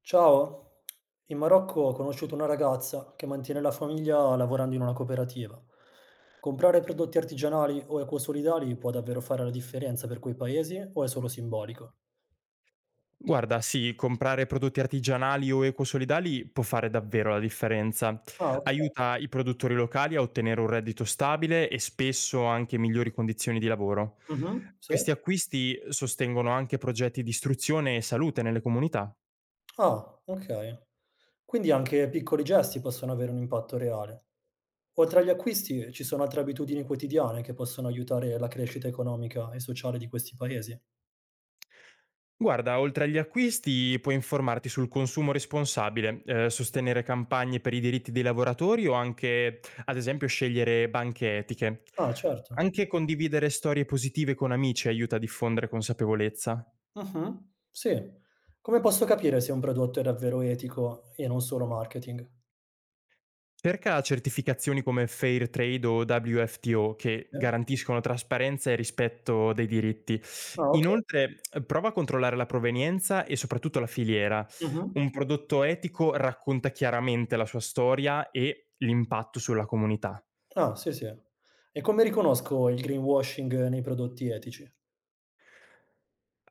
Ciao, in Marocco ho conosciuto una ragazza che mantiene la famiglia lavorando in una cooperativa. Comprare prodotti artigianali o ecosolidali può davvero fare la differenza per quei paesi o è solo simbolico? Guarda, sì, comprare prodotti artigianali o ecosolidali può fare davvero la differenza. Ah, ok. Aiuta i produttori locali a ottenere un reddito stabile e spesso anche migliori condizioni di lavoro. Mhm, sì. Questi acquisti sostengono anche progetti di istruzione e salute nelle comunità. Ah, ok. Quindi anche piccoli gesti possono avere un impatto reale. Oltre agli acquisti, ci sono altre abitudini quotidiane che possono aiutare la crescita economica e sociale di questi paesi. Guarda, oltre agli acquisti puoi informarti sul consumo responsabile, sostenere campagne per i diritti dei lavoratori o anche, ad esempio, scegliere banche etiche. Ah, certo. Anche condividere storie positive con amici aiuta a diffondere consapevolezza. Mh-mh. Sì. Come posso capire se un prodotto è davvero etico e non solo marketing? Cerca certificazioni come Fair Trade o WFTO che Eh? garantiscono trasparenza e rispetto dei diritti. Ah, okay. Inoltre, prova a controllare la provenienza e soprattutto la filiera. Mh-mh. Un prodotto etico racconta chiaramente la sua storia e l'impatto sulla comunità. Ah, sì, sì. E come riconosco il greenwashing nei prodotti etici?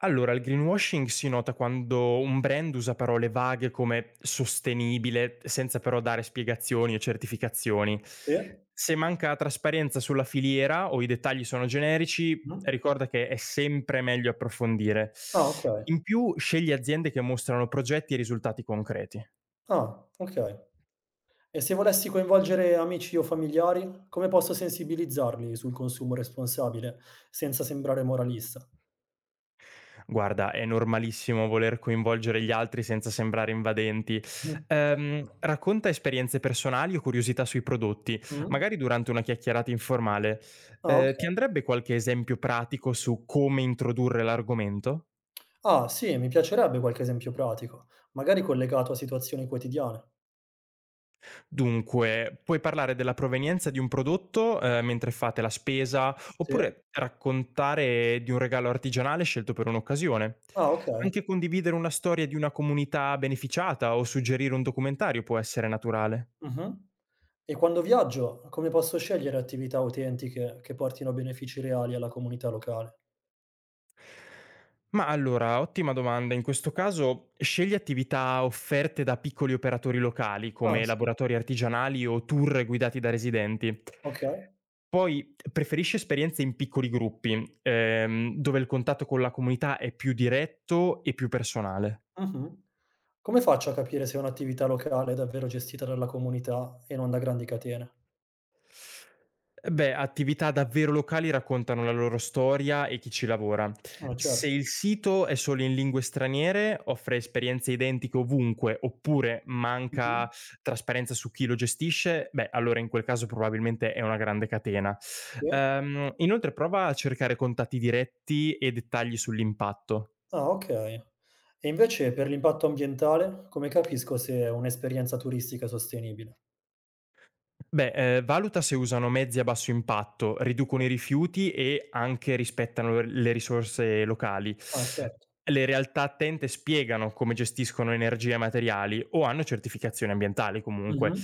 Allora, il greenwashing si nota quando un brand usa parole vaghe come sostenibile, senza però dare spiegazioni o certificazioni. Sì? Se manca trasparenza sulla filiera o i dettagli sono generici, Mh. ricorda che è sempre meglio approfondire. Ah, okay. In più, scegli aziende che mostrano progetti e risultati concreti. Ah, okay. E se volessi coinvolgere amici o familiari, come posso sensibilizzarli sul consumo responsabile senza sembrare moralista? Guarda, è normalissimo voler coinvolgere gli altri senza sembrare invadenti. Mh. Racconta esperienze personali o curiosità sui prodotti, Mh. magari durante una chiacchierata informale. Ah, okay. Ti andrebbe qualche esempio pratico su come introdurre l'argomento? Ah, sì, mi piacerebbe qualche esempio pratico, magari collegato a situazioni quotidiane. Dunque, puoi parlare della provenienza di un prodotto, mentre fate la spesa, Sì? oppure raccontare di un regalo artigianale scelto per un'occasione. Ah, okay. Anche condividere una storia di una comunità beneficiata o suggerire un documentario può essere naturale. Mh-mh. E quando viaggio, come posso scegliere attività autentiche che portino benefici reali alla comunità locale? Ma allora, ottima domanda. In questo caso, scegli attività offerte da piccoli operatori locali, Ah, come sì, laboratori artigianali o tour guidati da residenti. okay. Poi preferisce esperienze in piccoli gruppi, dove il contatto con la comunità è più diretto e più personale. Mh-mh. Come faccio a capire se un'attività locale è davvero gestita dalla comunità e non da grandi catene? Beh, attività davvero locali raccontano la loro storia e chi ci lavora. Ah, Se certo. il sito è solo in lingue straniere, offre esperienze identiche ovunque, oppure Mh-mh. manca trasparenza su chi lo gestisce, beh, allora in quel caso probabilmente è una grande catena. Sì. Inoltre prova a cercare contatti diretti e dettagli sull'impatto. Ah, okay. E invece per l'impatto ambientale, come capisco se è un'esperienza turistica è sostenibile? Beh, valuta se usano mezzi a basso impatto, riducono i rifiuti e anche rispettano le risorse locali. Ah, certo. Le realtà attente spiegano come gestiscono energia e materiali o hanno certificazioni ambientali comunque. Mh-mh.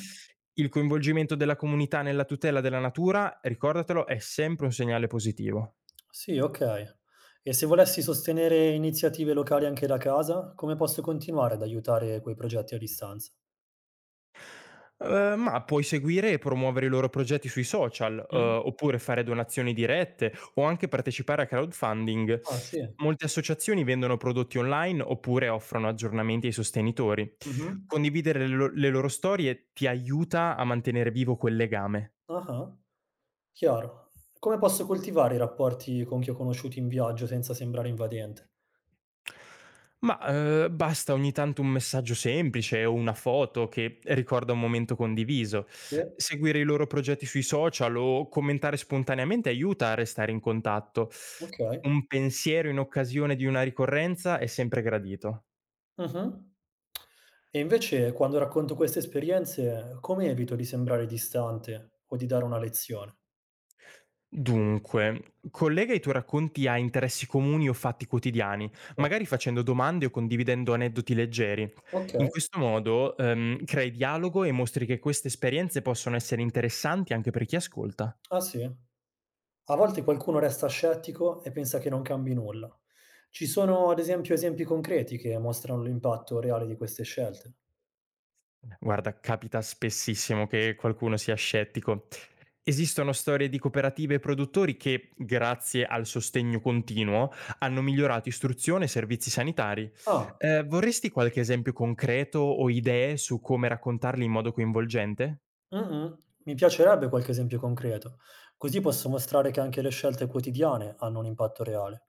Il coinvolgimento della comunità nella tutela della natura, ricordatelo, è sempre un segnale positivo. Sì, okay. E se volessi sostenere iniziative locali anche da casa, come posso continuare ad aiutare quei progetti a distanza? Ma puoi seguire e promuovere i loro progetti sui social, Mh. oppure fare donazioni dirette o anche partecipare a crowdfunding. Ah, sì. Molte associazioni vendono prodotti online oppure offrono aggiornamenti ai sostenitori. Mh-mh. Condividere le lo le loro storie ti aiuta a mantenere vivo quel legame. Ah-ah. Chiaro. Come posso coltivare i rapporti con chi ho conosciuto in viaggio senza sembrare invadente? Ma, basta ogni tanto un messaggio semplice o una foto che ricorda un momento condiviso. Sì, Seguire i loro progetti sui social o commentare spontaneamente aiuta a restare in contatto. okay. Un pensiero in occasione di una ricorrenza è sempre gradito. Mh-mh. E invece quando racconto queste esperienze, come evito di sembrare distante o di dare una lezione? Dunque, collega i tuoi racconti a interessi comuni o fatti quotidiani, magari Certo. facendo domande o condividendo aneddoti leggeri. Okay. In questo modo, crei dialogo e mostri che queste esperienze possono essere interessanti anche per chi ascolta. Ah, sì? A volte qualcuno resta scettico e pensa che non cambi nulla. Ci sono ad esempio esempi concreti che mostrano l'impatto reale di queste scelte? Guarda, capita spessissimo che qualcuno sia scettico. Esistono storie di cooperative e produttori che, grazie al sostegno continuo, hanno migliorato istruzione e servizi sanitari. Ah, Vorresti qualche esempio concreto o idee su come raccontarli in modo coinvolgente? mh-mh, mi piacerebbe qualche esempio concreto, così posso mostrare che anche le scelte quotidiane hanno un impatto reale.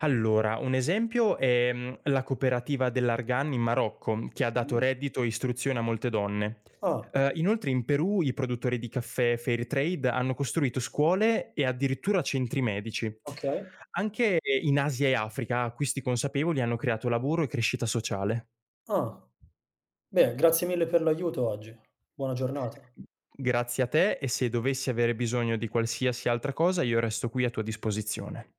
Allora, un esempio è, la cooperativa dell'argan in Marocco, che ha dato Mh. reddito e istruzione a molte donne. Ah, Inoltre in Perù i produttori di caffè Fairtrade hanno costruito scuole e addirittura centri medici. okay. Anche in Asia e Africa acquisti consapevoli hanno creato lavoro e crescita sociale. Ah, beh, grazie mille per l'aiuto oggi. Buona giornata. Grazie a te, e se dovessi avere bisogno di qualsiasi altra cosa io resto qui a tua disposizione.